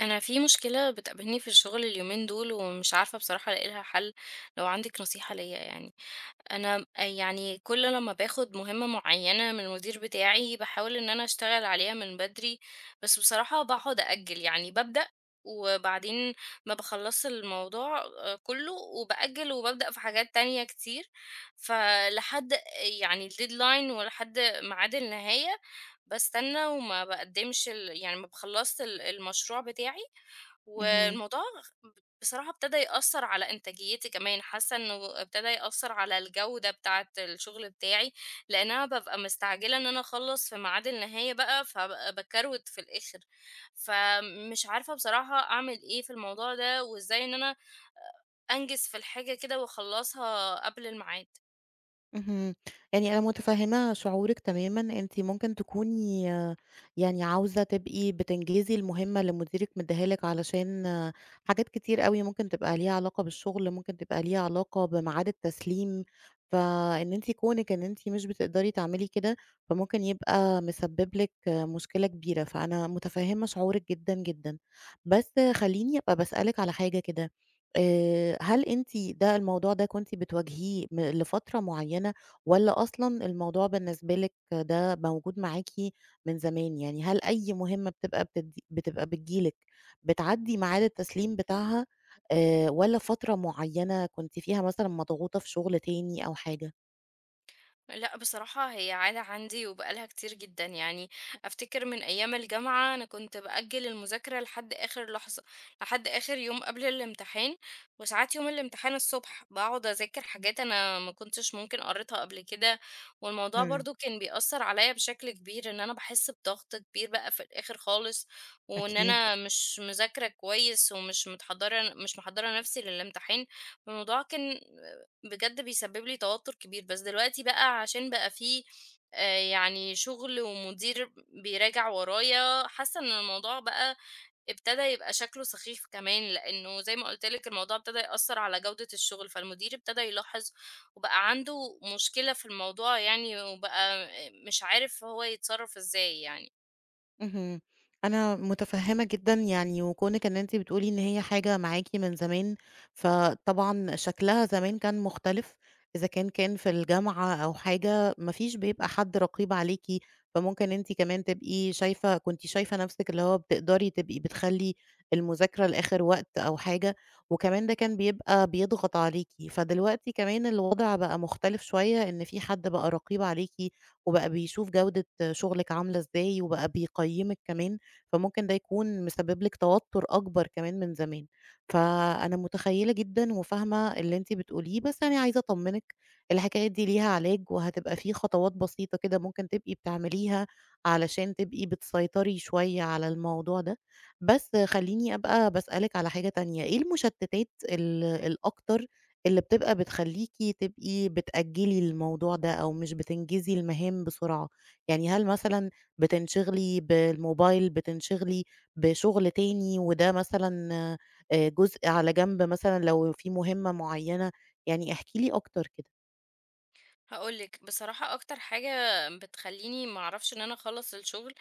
انا في مشكله بتقابلني في الشغل اليومين دول ومش عارفه بصراحه الاقي لها حل. لو عندك نصيحه ليا، يعني. أنا يعني كل لمّا باخد مهمة معيّنة من المدير بتاعي، باحاول إن أنا أشتغل عليها من بدري، بس بصراحة باقعد أأجّل، يعني بابدأ وبعدين ما باخلّصش الموضوع كُلّه وبأجّل وبابدأ في حاجات تانية كتير، فلحد يعني الdeadline ولحد ميعاد النهاية باستنى وما باقدّمش يعني ما باخلّصش المشروع بتاعي. اهم، والموضوع بصراحة ابتدى يأثّر على إنتاجيتي كمان، حاسة إنه ابتدى يأثّر على الجودة بتاعة الشغل بتاعي، لإن أنا بابقى مستعجلة إن أنا أخلّص في ميعاد النهاية بقى، فابقى باكروت في الآخر، فمش عارفة بصراحة أعمل إيه في الموضوع ده، وإزاي إن أنا أنجز في الحاجة كده وأخلّصها قبل الميعاد. اهم. يعني أنا متفهمة شعورِك تمامًا، أنتِ ممكن تكوني يعني عاوزة تبقي بتنجزي المهمة اللي مديرِك مديها لِك علشان حاجات كتير أوي ممكن تبقى ليها علاقة بالشغل، ممكن تبقى ليها علاقة بميعاد التسليم، فإن أنتِ كونِك إن أنتِ مش بتقدري تعملي كده، فممكن يبقى مسبب لِك مشكلة كبيرة، فأنا متفهمة شعورِك جدًا، جدًا. بس خلّيني أبقى باسألِك على حاجة كده. هل أنتِ ده الموضوع ده كنتِ بتواجهيه م لفترة معيّنة والّا أصلًا الموضوع بالنسبة لِك ده موجود معاكِ من زمان؟ يعني هل أي مهمة بتبقى بتيجي لِك بتعدّي ميعاد التسليم بتاعها والّا فترة معيّنة كنتِ فيها مثلًا مضغوطة في شغل تاني أو حاجة؟ لأ بصراحة هي عادة عندي وبقى لها كتير جدًا، يعني أفتكر من أيام الجامعة أنا كنت بأجل المذاكرة لحد آخر لحظة، لحد آخر يوم قبل الامتحان، وساعات يوم الامتحان الصبح باقعد أذاكر حاجات أنا ما كنتش ممكن قريتها قبل كده، والموضوع إمم، برضه كان بيأثّر عليَّ بشكل كبير، إن أنا باحس بضغط كبير بقى في الآخر خالص، وإن أكيد. أنا مش مذاكرة كويس ومش متحضّرة مش محضّرة نفسي للامتحان. الموضوع كان بجد بيسبب لي توتر كبير، بس دلوقتي بقى عشان بقى في يعني شغل ومدير بيراجع ورايا، حاسة إن الموضوع بقى ابتدى يبقى شكله سخيف كمان، لإنه زي ما قُلت لِك الموضوع ابتدى يأثّر على جودة الشغل، فالمدير ابتدى يلاحظ وبقى عنده مشكلة في الموضوع يعني، وبقى مش عارف هو يتصرّف إزاي يعني. اهم. أنا متفهّمة جدًا يعني وكونِك إن أنتِ بتقولي إن هي حاجة معاكِ من زمان، فطبعًا شكلها زمان كان مختلف، إذا كان في الجامعة أو حاجة ما فيش بيبقى حد رقيب عليكِ، فممكن أنتِ كمان تبقي شايفة كنتِ شايفة نَفْسِك اللي هو بتقدري تبقي بتخلّي المذاكرة لآخر وقت أو حاجة، وكمان ده كان بيبقى بيضغط عليكِ، فدلوقتي كمان الوضع بقى مختلف شوية إن في حد بقى رقيب عليكِ وبقى بيشوف جودة شغلِك عاملة إزاي، وبقى بيقيّمِك كمان، فممكن ده يكون مسبب لِك توتر أكبر كمان من زمان. فأنا متخيّلة جدًا وفاهمة اللي أنتِ بتقوليه، بس يعني عايزة أطمّنِك الحكاية دي ليها علاج، وهتبقى في خطوات بسيطة كده ممكن تبقي بتعمليها علشان تبقي بتسيطري شوية على الموضوع ده. بس خلّيني أبقى باسألِك على حاجة تانية، إيه المشتتات الأكتر اللي بتبقى بتخلّيكِ تبقي بتأجّلي الموضوع ده أو مش بتنجزي المهام بسرعة، يعني هل مثلًا بتنشغلي بالموبايل، بتنشغلي بشغل تاني وده مثلًا جزء على جنب مثلًا لو في مهمة معيّنة، يعني احكي لي أكتر كده؟ هاقول لِك بصراحة أكتر حاجة بتخلّيني ما أعرفش إن أنا أخلّص الشغل،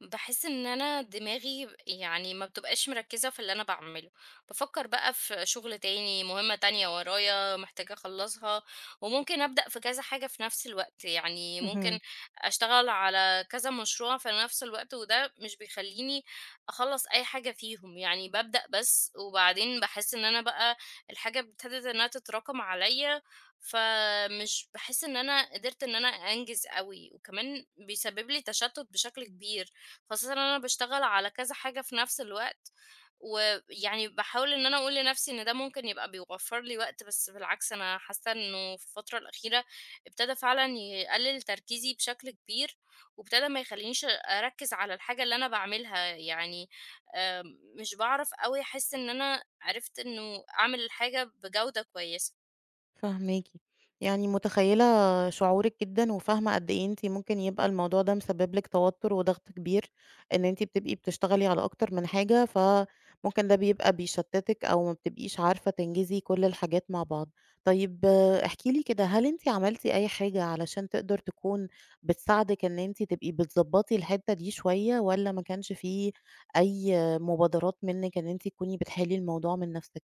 باحس إن أنا دماغي يعني ما بتبقاش مركّزة في اللي أنا باعمله، بافكّر بقى في شغل تاني، مهمة تانية ورايا محتاجة أخلّصها، وممكن أبدأ في كذا حاجة في نفس الوقت، يعني ممكن اهم. أشتغل على كذا مشروع في نفس الوقت، وده مش بيخلّيني أخلّص أي حاجة فيهم، يعني بابدأ بس وبعدين باحس إن أنا بقى الحاجة ابتدت إنها تتراكم عليَّ، فمش باحس إن أنا قدرت إن أنا أنجز أوي، وكمان بيسبب لي تشتُّت بشكل كبير. خاصة إن أنا باشتغل على كذا حاجة في نفس الوقت، ويعني باحاول إن أنا أقول لنفسي إن ده ممكن يبقى بيوفّر لي وقت، بس بالعكس أنا حاسة إنه في الفترة الأخيرة ابتدى فعلًا يقلل تركيزي بشكل كبير، وابتدى ما يخلّينيش أركّز على الحاجة اللي أنا باعملها، يعني آمم، مش باعرف أوي أحس إن أنا عرفت إنه أعمل الحاجة بجودة كويسة. فاهماكِ، يعني متخيّلة شعورِك جدًا، وفاهمة قد إيه أنتِ ممكن يبقى الموضوع ده مسبب لِك توتر وضغط كبير، إن أنتِ بتبقي بتشتغلي على أكتر من حاجة، فممكن ده بيبقى بيشتتِك أو ما بتبقيش عارفة تنجزي كل الحاجات مع بعض. طيب احكي لي كده، هل أنتِ عملتِ أي حاجة علشان تقدر تكون بتساعدِك إن أنتِ تبقي بتضبّطي الحتّة دي شوية، والّا ما كانش في أي مبادرات منِّك إن أنتِ تكوني بتحلي الموضوع من نفسِك؟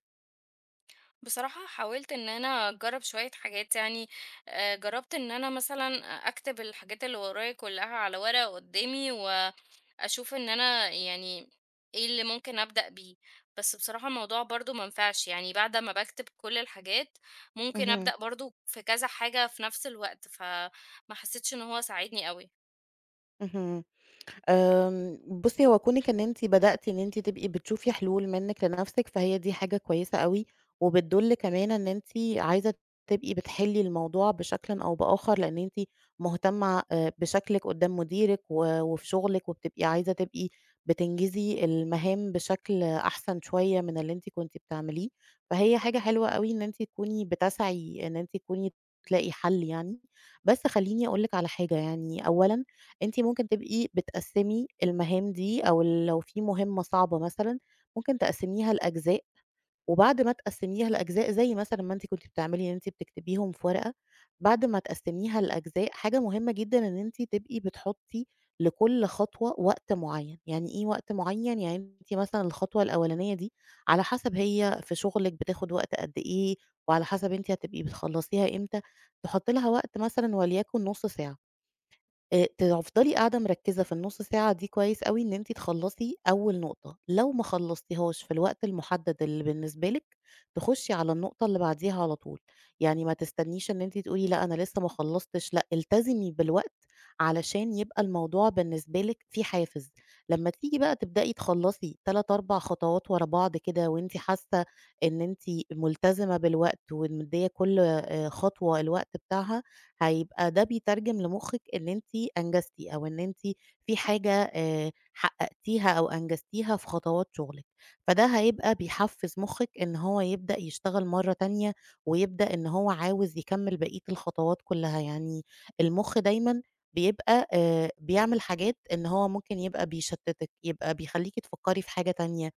بصراحة حاولت ان انا اجرب شوية حاجات، جربت ان انا مثلا اكتب الحاجات اللي ورايا كلها على ورقة قدامي واشوف ان انا يعني ايه اللي ممكن ابدأ بيه. بس بصراحة الموضوع برضو منفعش، يعني بعد ما بكتب كل الحاجات ممكن اهم، ابدأ برضو في كذا حاجة في نفس الوقت، فما حسيتش ان هو ساعدني قوي. اهم. آمم، بُصّي، هو كونِك إن أنتِ بدأتِ إن أنتِ تبقي بتشوفي حلول منِّك لنفسِك، فهي دي حاجة كويسة أوي، وبتدُل كمان إن أنتِ عايزة تبقي بتحلّي الموضوع بشكلٍ أو بآخر، لإن أنتِ مهتمة بشكلِك قدّام مديرِك و وفي شغلِك، وبتبقي عايزة تبقي بتنجزي المهام بشكل أحسن شوية من اللي أنتِ كنتِ بتعمليه، فهي حاجة حلوة أوي إن أنتِ تكوني بتسعي إن أنتِ تكوني تلاقي حل يعني. بس خلّيني أقول لِك على حاجة يعني، أولًا أنتِ ممكن تبقي بتقسّمي المهام دي أو ال لو في مهمة صعبة مثلًا، ممكن تقسّميها لأجزاء، وبعد ما تقسّميها لأجزاء زي مثلًا ما أنتِ كنتِ بتعملي إن أنتِ بتكتبيهم في ورقة، بعد ما تقسّميها لأجزاء حاجة مهمة جدًا إن أنتِ تبقي بتحطّي لكل خطوة وقت معيّن، يعني إيه وقت معيّن؟ يعني أنتِ مثلًا الخطوة الأولانية دي على حسب هي في شغلِك بتاخد وقت قد إيه، وعلى حسب أنتِ هتبقي بتخلّصيها إمتى، تحطّي لها وقت مثلًا وليكن نُص ساعة. تفضلي قاعدة مركّزة في النُص ساعة دي كويس أوي إن أنتِ تخلّصي أول نقطة، لو ما خلّصتيهاش في الوقت المُحدد اللي بالنسبة لِك، تخُشّي على النقطة اللي بعديها على طول، يعني ما تستنيش إن أنتِ تقولي لأ أنا لسه ما خلّصتش، لأ التزمي بالوقت علشان يبقى الموضوع بالنسبة لِك في حافز، لمّا تيجي بقى تبدئي تخلّصي 3، 4 خطوات ورا بعض كده وأنتِ حاسة إن أنتِ ملتزمة بالوقت ومدّية كل خطوة الوقت بتاعها، هيبقى ده بيترجم لمخِّك إن أنتِ أنجزتِ أو إن أنتِ في حاجة حققتيها أو أنجزتيها في خطوات شغلِك، فده هيبقى بيحفّز مخِّك إن هو يبدأ يشتغل مرّة تانية، ويبدأ إن هو عاوز يكمّل بقية الخطوات كلّها، يعني المُخ دايمًا بيبقى بيعمل حاجات إن هو ممكن يبقى بيشتّتِك، يبقى بيخلّيكِ تفكّري في حاجة تانية،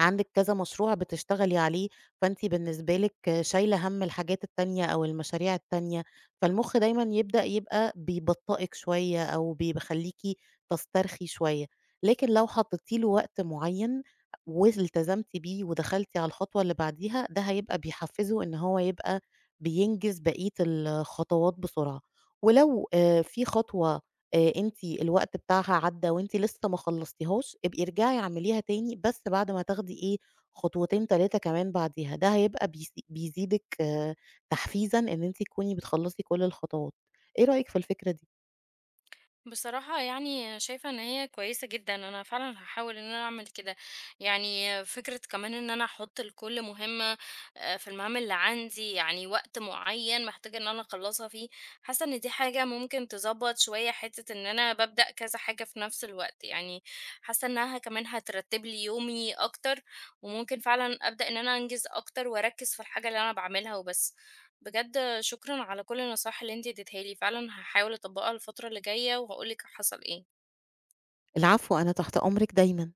عندِك كذا مشروع بتشتغلي عليه، فأنتِ بالنسبة لِك شايلة هَم الحاجات التانية أو المشاريع التانية، فالمُخ دايمًا يبدأ يبقى بيبطئِك شوية أو بيخلّيكِ تسترخي شوية، لكن لو حطيتِ له وقت معيّن والتزمتِ بيه ودخلتِ على الخطوة اللي بعديها، ده هيبقى بيحفّزه إن هو يبقى بينجز بقية الخطوات بسرعة، ولو في خطوة أنتِ الوقت بتاعها عدّى وأنتِ لسه ما خلّصتيهاش، ابقي ارجعي اعمليها تاني بس بعد ما تاخدي إيه، خطوتين 3 كمان بعديها، ده هيبقى بيزيدِك آه، تحفيزًا إن أنتِ تكوني بتخلّصي كل الخطوات. إيه رأيِك في الفكرة دي؟ بصراحة يعني شايفة ان هي كويسة جدا، انا فعلا هحاول ان انا اعمل كده، يعني فكرة كمان ان انا احط لكل مهمة، في المهام اللي عندي يعني وقت معين محتاجة ان انا اخلصها فيه. حاسة ان دي حاجة ممكن تظبط شوية حتة ان انا ببدأ كذا حاجة في نفس الوقت، يعني حاسة انها كمان هترتب لي يومي اكتر، وممكن فعلا ابدأ ان انا انجز اكتر واركز في الحاجة اللي انا بعملها وبس. بجد شكرًا على كل النصايح اللي أنتِ اديتها لي، فعلًا هاحاول أطبّقها الفترة اللي جاية وهاقول لِك حصل إيه. العفو، أنا تحت أمرِك دايمًا.